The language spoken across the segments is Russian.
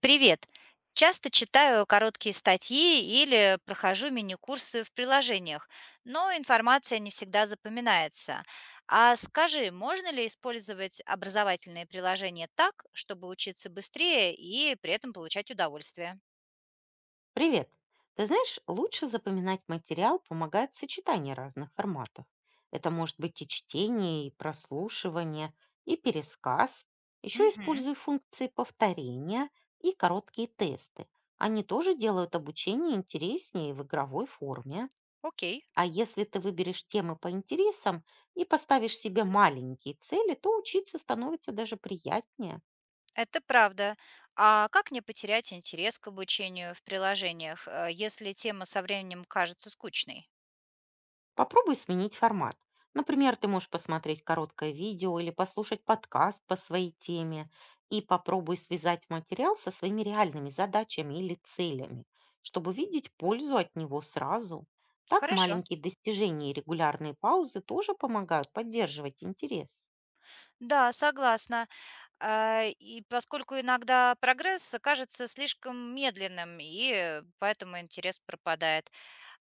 Привет! Часто читаю короткие статьи или прохожу мини-курсы в приложениях, но информация не всегда запоминается. А скажи, можно ли использовать образовательные приложения так, чтобы учиться быстрее и при этом получать удовольствие? Привет! Ты знаешь, лучше запоминать материал помогает сочетание разных форматов. Это может быть и чтение, и прослушивание, и пересказ. Еще Мгм. используй функции повторения и короткие тесты. Они тоже делают обучение интереснее в игровой форме. Окей, А если ты выберешь темы по интересам и поставишь себе маленькие цели, то учиться становится даже приятнее. это правда. А как не потерять интерес к обучению в приложениях, если тема со временем кажется скучной? Попробуй сменить формат. Например, ты можешь посмотреть короткое видео или послушать подкаст по своей теме и попробуй связать материал со своими реальными задачами или целями, чтобы видеть пользу от него сразу. Так Хорошо. маленькие достижения и регулярные паузы тоже помогают поддерживать интерес. Да, согласна. А, и поскольку иногда прогресс кажется слишком медленным, и поэтому интерес пропадает.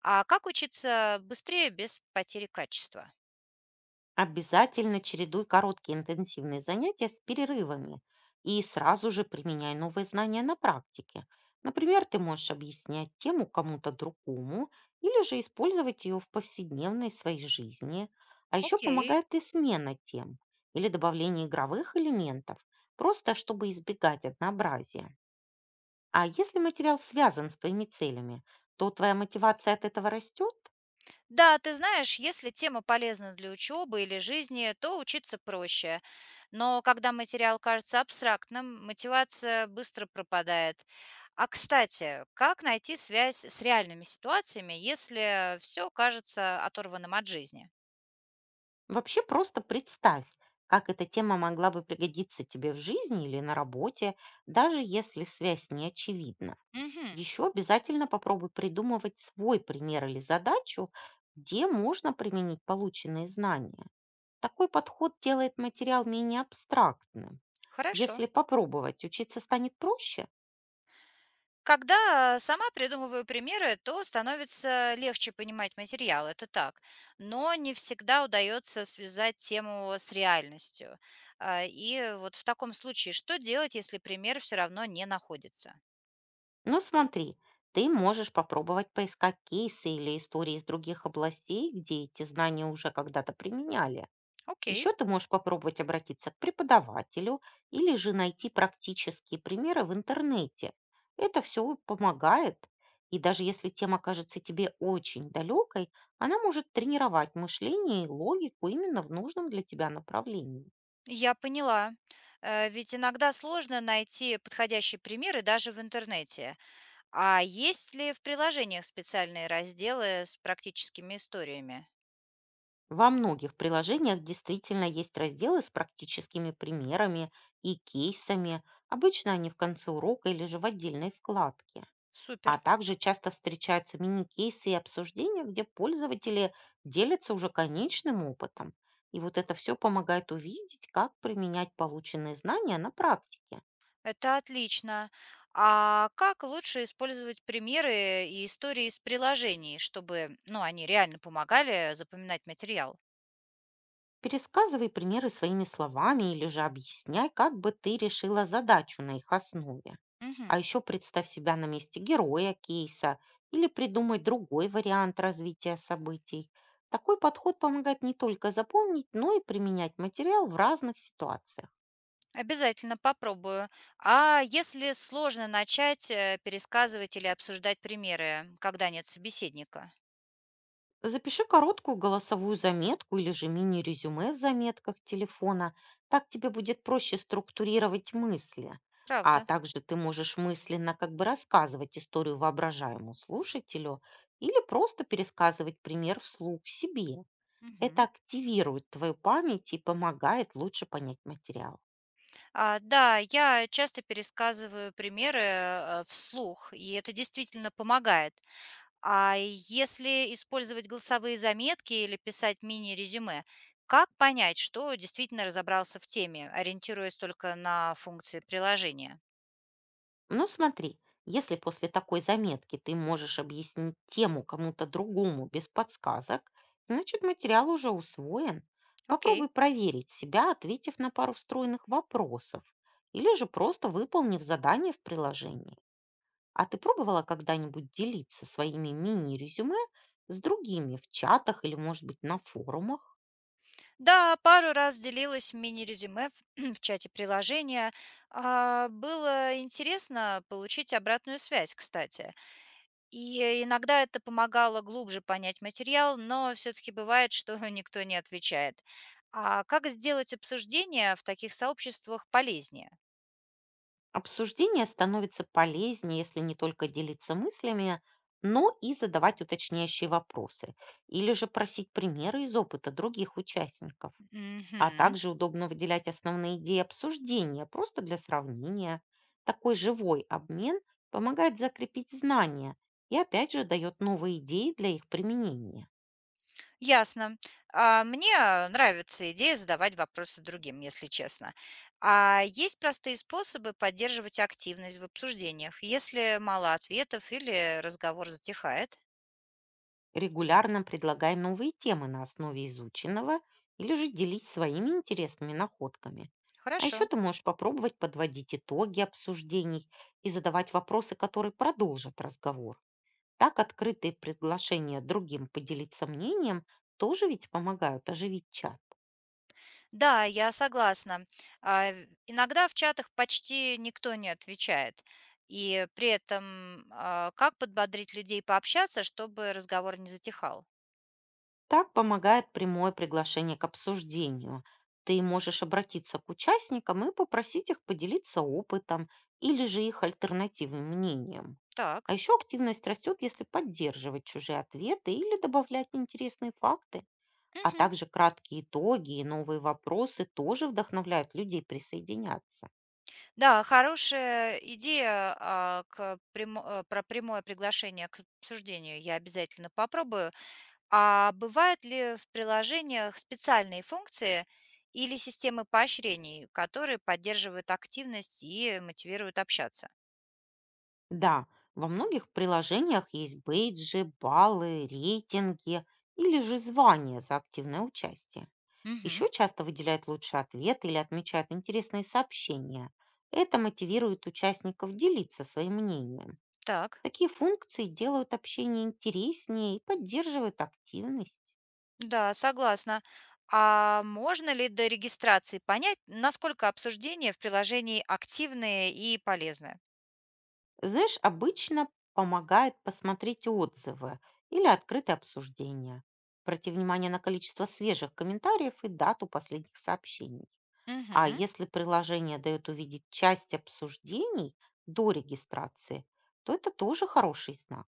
А как учиться быстрее без потери качества? Обязательно чередуй короткие интенсивные занятия с перерывами и сразу же применяй новые знания на практике. Например, ты можешь объяснять тему кому-то другому или же использовать ее в повседневной своей жизни. А еще Окей. помогает и смена тем или добавление игровых элементов, просто чтобы избегать однообразия. А если материал связан с твоими целями, то твоя мотивация от этого растет? Да, ты знаешь, если тема полезна для учебы или жизни, то учиться проще. Но когда материал кажется абстрактным, мотивация быстро пропадает. А кстати, как найти связь с реальными ситуациями, если все кажется оторванным от жизни? Вообще просто представь, как эта тема могла бы пригодиться тебе в жизни или на работе, даже если связь не очевидна. Угу, Еще обязательно попробуй придумывать свой пример или задачу, где можно применить полученные знания. Такой подход делает материал менее абстрактным. хорошо. Если попробовать, учиться станет проще. Когда сама придумываю примеры, то становится легче понимать материал, это так. Но не всегда удается связать тему с реальностью. А, и вот в таком случае, что делать, если пример все равно не находится? Но смотри, ты можешь попробовать поискать кейсы или истории из других областей, где эти знания уже когда-то применяли. Окей. Еще ты можешь попробовать обратиться к преподавателю или же найти практические примеры в интернете. Это все помогает, и даже если тема кажется тебе очень далекой, она может тренировать мышление и логику именно в нужном для тебя направлении. Я поняла. Ведь иногда сложно найти подходящие примеры даже в интернете. А есть ли в приложениях специальные разделы с практическими историями? Во многих приложениях действительно есть разделы с практическими примерами и кейсами. Обычно они в конце урока или же в отдельной вкладке. А Супер. также часто встречаются мини-кейсы и обсуждения, где пользователи делятся уже конечным опытом. И вот это все помогает увидеть, как применять полученные знания на практике. Это отлично. А как лучше использовать примеры и истории из приложений, чтобы, ну, они реально помогали запоминать материал? Пересказывай примеры своими словами или же объясняй, как бы ты решила задачу на их основе. Мгм. А еще представь себя на месте героя кейса или придумай другой вариант развития событий. Такой подход помогает не только запомнить, но и применять материал в разных ситуациях. Обязательно попробую. А если сложно начать пересказывать или обсуждать примеры, когда нет собеседника? Запиши короткую голосовую заметку или же мини-резюме в заметках телефона. Так тебе будет проще структурировать мысли. А Правда. также ты можешь мысленно как бы рассказывать историю воображаемому слушателю или просто пересказывать пример вслух себе. Это Мгм. активирует твою память и помогает лучше понять материал. А, да, я часто пересказываю примеры вслух, и это действительно помогает. А если использовать голосовые заметки или писать мини-резюме, как понять, что действительно разобрался в теме, ориентируясь только на функции приложения? Ну смотри, если после такой заметки ты можешь объяснить тему кому-то другому без подсказок, значит материал уже усвоен. Окей. Попробуй проверить себя, ответив на пару встроенных вопросов, или же просто выполнив задание в приложении. А ты пробовала когда-нибудь делиться своими мини-резюме с другими в чатах или, может быть, на форумах? Да, пару раз делилась мини-резюме в, в чате приложения. А, было интересно получить обратную связь, кстати. И иногда это помогало глубже понять материал, но все-таки бывает, что никто не отвечает. А как сделать обсуждение в таких сообществах полезнее? Обсуждение становится полезнее, если не только делиться мыслями, но и задавать уточняющие вопросы или же просить примеры из опыта других участников. А Мгм. также удобно выделять основные идеи обсуждения просто для сравнения. Такой живой обмен помогает закрепить знания и опять же дает новые идеи для их применения. Ясно. Мне нравится идея задавать вопросы другим, если честно. А есть простые способы поддерживать активность в обсуждениях, если мало ответов или разговор затихает? Регулярно предлагай новые темы на основе изученного или же делись своими интересными находками. А еще Хорошо. ты можешь попробовать подводить итоги обсуждений и задавать вопросы, которые продолжат разговор. Так открытые приглашения другим поделиться мнением тоже ведь помогают оживить чат. Да, я согласна. Иногда в чатах почти никто не отвечает. И при этом как подбодрить людей пообщаться, чтобы разговор не затихал? Так помогает прямое приглашение к обсуждению. Ты можешь обратиться к участникам и попросить их поделиться опытом или же их альтернативным мнением. А Так. еще активность растет, если поддерживать чужие ответы или добавлять интересные факты. А Мгм. также краткие итоги и новые вопросы тоже вдохновляют людей присоединяться. Да, хорошая идея, к прямо про прямое приглашение к обсуждению я обязательно попробую. А бывают ли в приложениях специальные функции или системы поощрений, которые поддерживают активность и мотивируют общаться? Да, во многих приложениях есть бейджи, баллы, рейтинги или же звания за активное участие. Мгм. Еще часто выделяют лучший ответ или отмечают интересные сообщения. Это мотивирует участников делиться своим мнением. Так, Такие функции делают общение интереснее и поддерживают активность. да, согласна. А можно ли до регистрации понять, насколько обсуждения в приложении активные и полезные? Знаешь, обычно помогает посмотреть отзывы или открытые обсуждения. Обрати внимание на количество свежих комментариев и дату последних сообщений. А Мгм. если приложение дает увидеть часть обсуждений до регистрации, то это тоже хороший знак.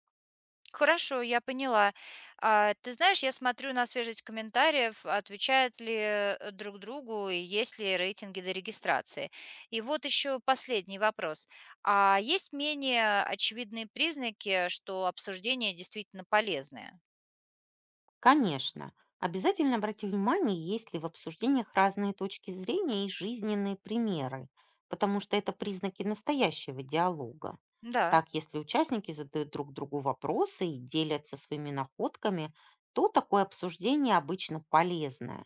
Хорошо, я поняла. А, ты знаешь, я смотрю на свежесть комментариев, отвечают ли друг другу и есть ли рейтинги до регистрации. И вот еще последний вопрос. А есть менее очевидные признаки, что обсуждение действительно полезное? Конечно, обязательно обрати внимание, есть ли в обсуждениях разные точки зрения и жизненные примеры, потому что это признаки настоящего диалога. Да, Так, если участники задают друг другу вопросы и делятся своими находками, то такое обсуждение обычно полезное.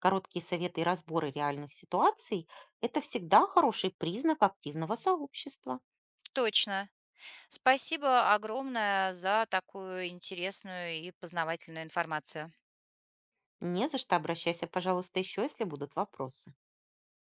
Короткие советы и разборы реальных ситуаций– это всегда хороший признак активного сообщества. точно. Спасибо огромное за такую интересную и познавательную информацию. Не за что, обращайся, пожалуйста, еще, если будут вопросы.